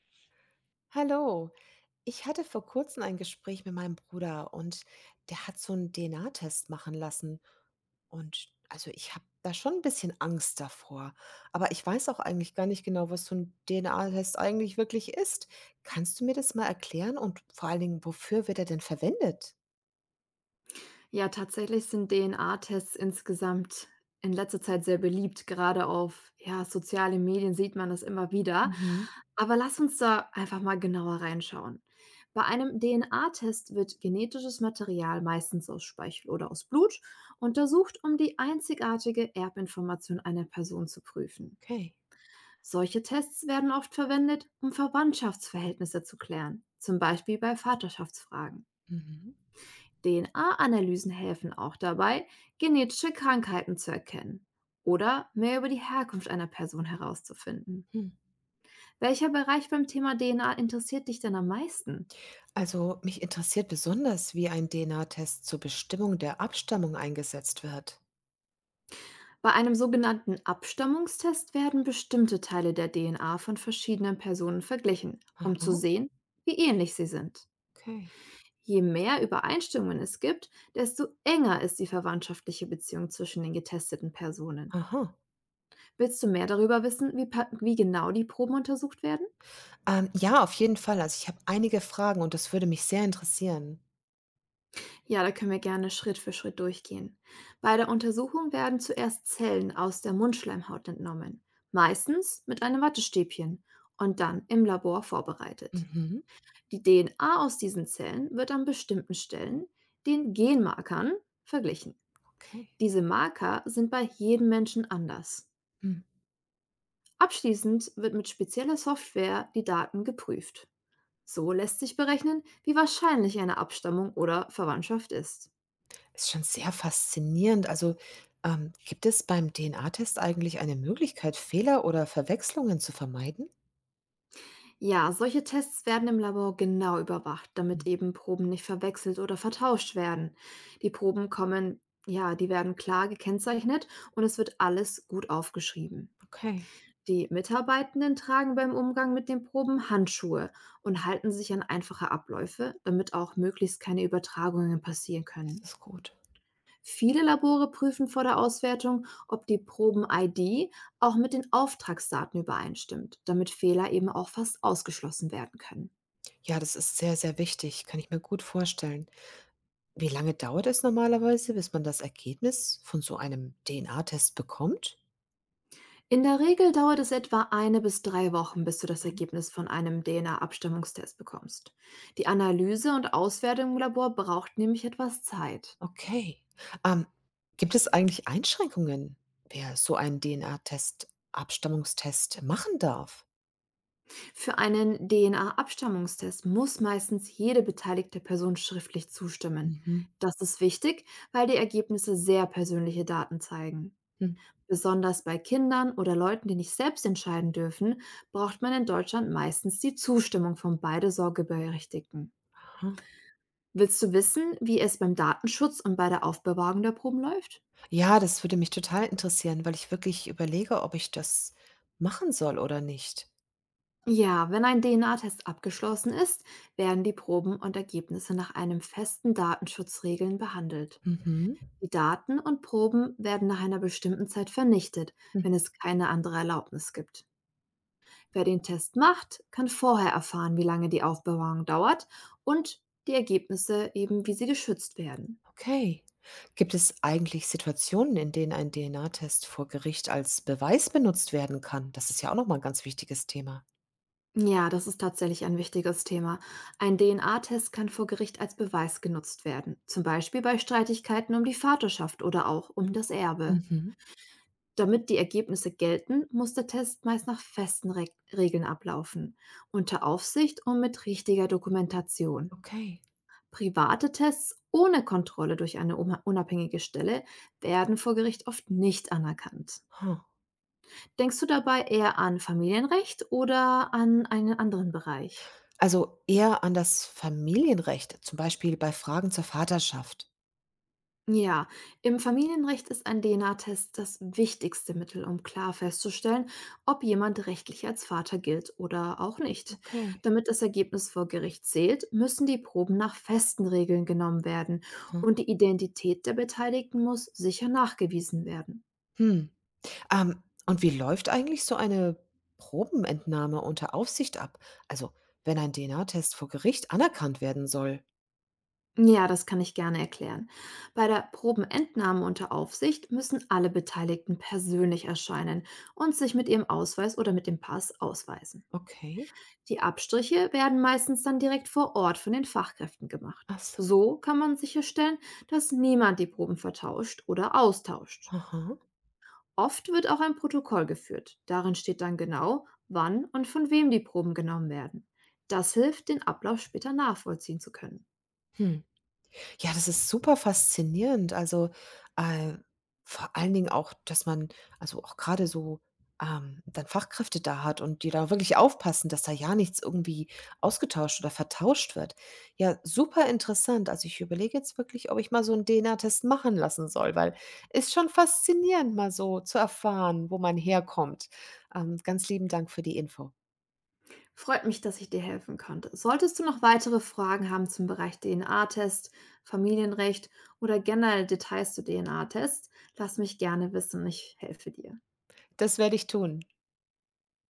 Hallo, ich hatte vor kurzem ein Gespräch mit meinem Bruder und der hat so einen DNA-Test machen lassen. Und also ich habe da schon ein bisschen Angst davor. Aber ich weiß auch eigentlich gar nicht genau, was so ein DNA-Test eigentlich wirklich ist. Kannst du mir das mal erklären und vor allen Dingen, wofür wird er denn verwendet? Ja, tatsächlich sind DNA-Tests insgesamt in letzter Zeit sehr beliebt. Gerade auf, ja, sozialen Medien sieht man das immer wieder. Mhm. Aber lass uns da einfach mal genauer reinschauen. Bei einem DNA-Test wird genetisches Material meistens aus Speichel oder aus Blut untersucht, um die einzigartige Erbinformation einer Person zu prüfen. Okay. Solche Tests werden oft verwendet, um Verwandtschaftsverhältnisse zu klären, zum Beispiel bei Vaterschaftsfragen. Mhm. DNA-Analysen helfen auch dabei, genetische Krankheiten zu erkennen oder mehr über die Herkunft einer Person herauszufinden. Hm. Welcher Bereich beim Thema DNA interessiert dich denn am meisten? Also mich interessiert besonders, wie ein DNA-Test zur Bestimmung der Abstammung eingesetzt wird. Bei einem sogenannten Abstammungstest werden bestimmte Teile der DNA von verschiedenen Personen verglichen, um zu Aha, sehen, wie ähnlich sie sind. okay. Je mehr Übereinstimmungen es gibt, desto enger ist die verwandtschaftliche Beziehung zwischen den getesteten Personen. Aha. Willst du mehr darüber wissen, wie, wie genau die Proben untersucht werden? Ja, auf jeden Fall. Also, ich habe einige Fragen und das würde mich sehr interessieren. Ja, da können wir gerne Schritt für Schritt durchgehen. Bei der Untersuchung werden zuerst Zellen aus der Mundschleimhaut entnommen, meistens mit einem Wattestäbchen und dann im Labor vorbereitet. Mhm. Die DNA aus diesen Zellen wird an bestimmten Stellen, den Genmarkern, verglichen. Okay. Diese Marker sind bei jedem Menschen anders. Hm. Abschließend wird mit spezieller Software die Daten geprüft. So lässt sich berechnen, wie wahrscheinlich eine Abstammung oder Verwandtschaft ist. Ist schon sehr faszinierend. Also, gibt es beim DNA-Test eigentlich eine Möglichkeit, Fehler oder Verwechslungen zu vermeiden? Ja, solche Tests werden im Labor genau überwacht, Hm, damit eben Proben nicht verwechselt oder vertauscht werden. Die Proben kommen, ja, die werden klar gekennzeichnet und es wird alles gut aufgeschrieben. okay, Die Mitarbeitenden tragen beim Umgang mit den Proben Handschuhe und halten sich an einfache Abläufe, damit auch möglichst keine Übertragungen passieren können. das ist gut. Viele Labore prüfen vor der Auswertung, ob die Proben-ID auch mit den Auftragsdaten übereinstimmt, damit Fehler eben auch fast ausgeschlossen werden können. Ja, das ist sehr, sehr wichtig. Kann ich mir gut vorstellen. Wie lange dauert es normalerweise, bis man das Ergebnis von so einem DNA-Test bekommt? In der Regel dauert es etwa eine bis 3 Wochen, bis du das Ergebnis von einem DNA-Abstammungstest bekommst. Die Analyse und Auswertung im Labor braucht nämlich etwas Zeit. Okay. Ähm, gibt es eigentlich Einschränkungen, wer so einen DNA-Test Abstammungstest machen darf? Für einen DNA-Abstammungstest muss meistens jede beteiligte Person schriftlich zustimmen. Mhm. Das ist wichtig, weil die Ergebnisse sehr persönliche Daten zeigen. Hm. Besonders bei Kindern oder Leuten, die nicht selbst entscheiden dürfen, braucht man in Deutschland meistens die Zustimmung von beide Sorgeberechtigten. Aha. Willst du wissen, wie es beim Datenschutz und bei der Aufbewahrung der Proben läuft? Ja, das würde mich total interessieren, weil ich wirklich überlege, ob ich das machen soll oder nicht. Ja, wenn ein DNA-Test abgeschlossen ist, werden die Proben und Ergebnisse nach einem festen Datenschutzregeln behandelt. Mhm. Die Daten und Proben werden nach einer bestimmten Zeit vernichtet, Hm. wenn es keine andere Erlaubnis gibt. Wer den Test macht, kann vorher erfahren, wie lange die Aufbewahrung dauert und die Ergebnisse eben, wie sie geschützt werden. Okay. Gibt es eigentlich Situationen, in denen ein DNA-Test vor Gericht als Beweis benutzt werden kann? Das ist ja auch nochmal ein ganz wichtiges Thema. Ja, das ist tatsächlich ein wichtiges Thema. Ein DNA-Test kann vor Gericht als Beweis genutzt werden, zum Beispiel bei Streitigkeiten um die Vaterschaft oder auch um das Erbe. Mhm. Damit die Ergebnisse gelten, muss der Test meist nach festen Regeln ablaufen, unter Aufsicht und mit richtiger Dokumentation. Okay. Private Tests ohne Kontrolle durch eine unabhängige Stelle werden vor Gericht oft nicht anerkannt. Ha. Denkst du dabei eher an Familienrecht oder an einen anderen Bereich? Also eher an das Familienrecht, zum Beispiel bei Fragen zur Vaterschaft. Ja, im Familienrecht ist ein DNA-Test das wichtigste Mittel, um klar festzustellen, ob jemand rechtlich als Vater gilt oder auch nicht. Okay. Damit das Ergebnis vor Gericht zählt, müssen die Proben nach festen Regeln genommen werden Mhm. und die Identität der Beteiligten muss sicher nachgewiesen werden. Hm. Und wie läuft eigentlich so eine Probenentnahme unter Aufsicht ab? Also, wenn ein DNA-Test vor Gericht anerkannt werden soll. Ja, das kann ich gerne erklären. Bei der Probenentnahme unter Aufsicht müssen alle Beteiligten persönlich erscheinen und sich mit ihrem Ausweis oder mit dem Pass ausweisen. Okay. Die Abstriche werden meistens dann direkt vor Ort von den Fachkräften gemacht. Ach so. So kann man sicherstellen, dass niemand die Proben vertauscht oder austauscht. Aha. Oft wird auch ein Protokoll geführt. Darin steht dann genau, wann und von wem die Proben genommen werden. Das hilft, den Ablauf später nachvollziehen zu können. Hm. Ja, das ist super faszinierend. Also, äh, vor allen Dingen auch, dass man also auch gerade so, dann Fachkräfte da hat und die da wirklich aufpassen, dass da ja nichts irgendwie ausgetauscht oder vertauscht wird. Ja, super interessant. Also, ich überlege jetzt wirklich, ob ich mal so einen D 'n DNA-Test machen lassen soll, weil ist schon faszinierend, mal so zu erfahren, wo man herkommt. Ganz lieben Dank für die Info. Freut mich, dass ich dir helfen konnte. Solltest du noch weitere Fragen haben zum Bereich DNA-Test, Familienrecht oder generell Details zu DNA-Tests, lass mich gerne wissen, ich helfe dir. Das werde ich tun.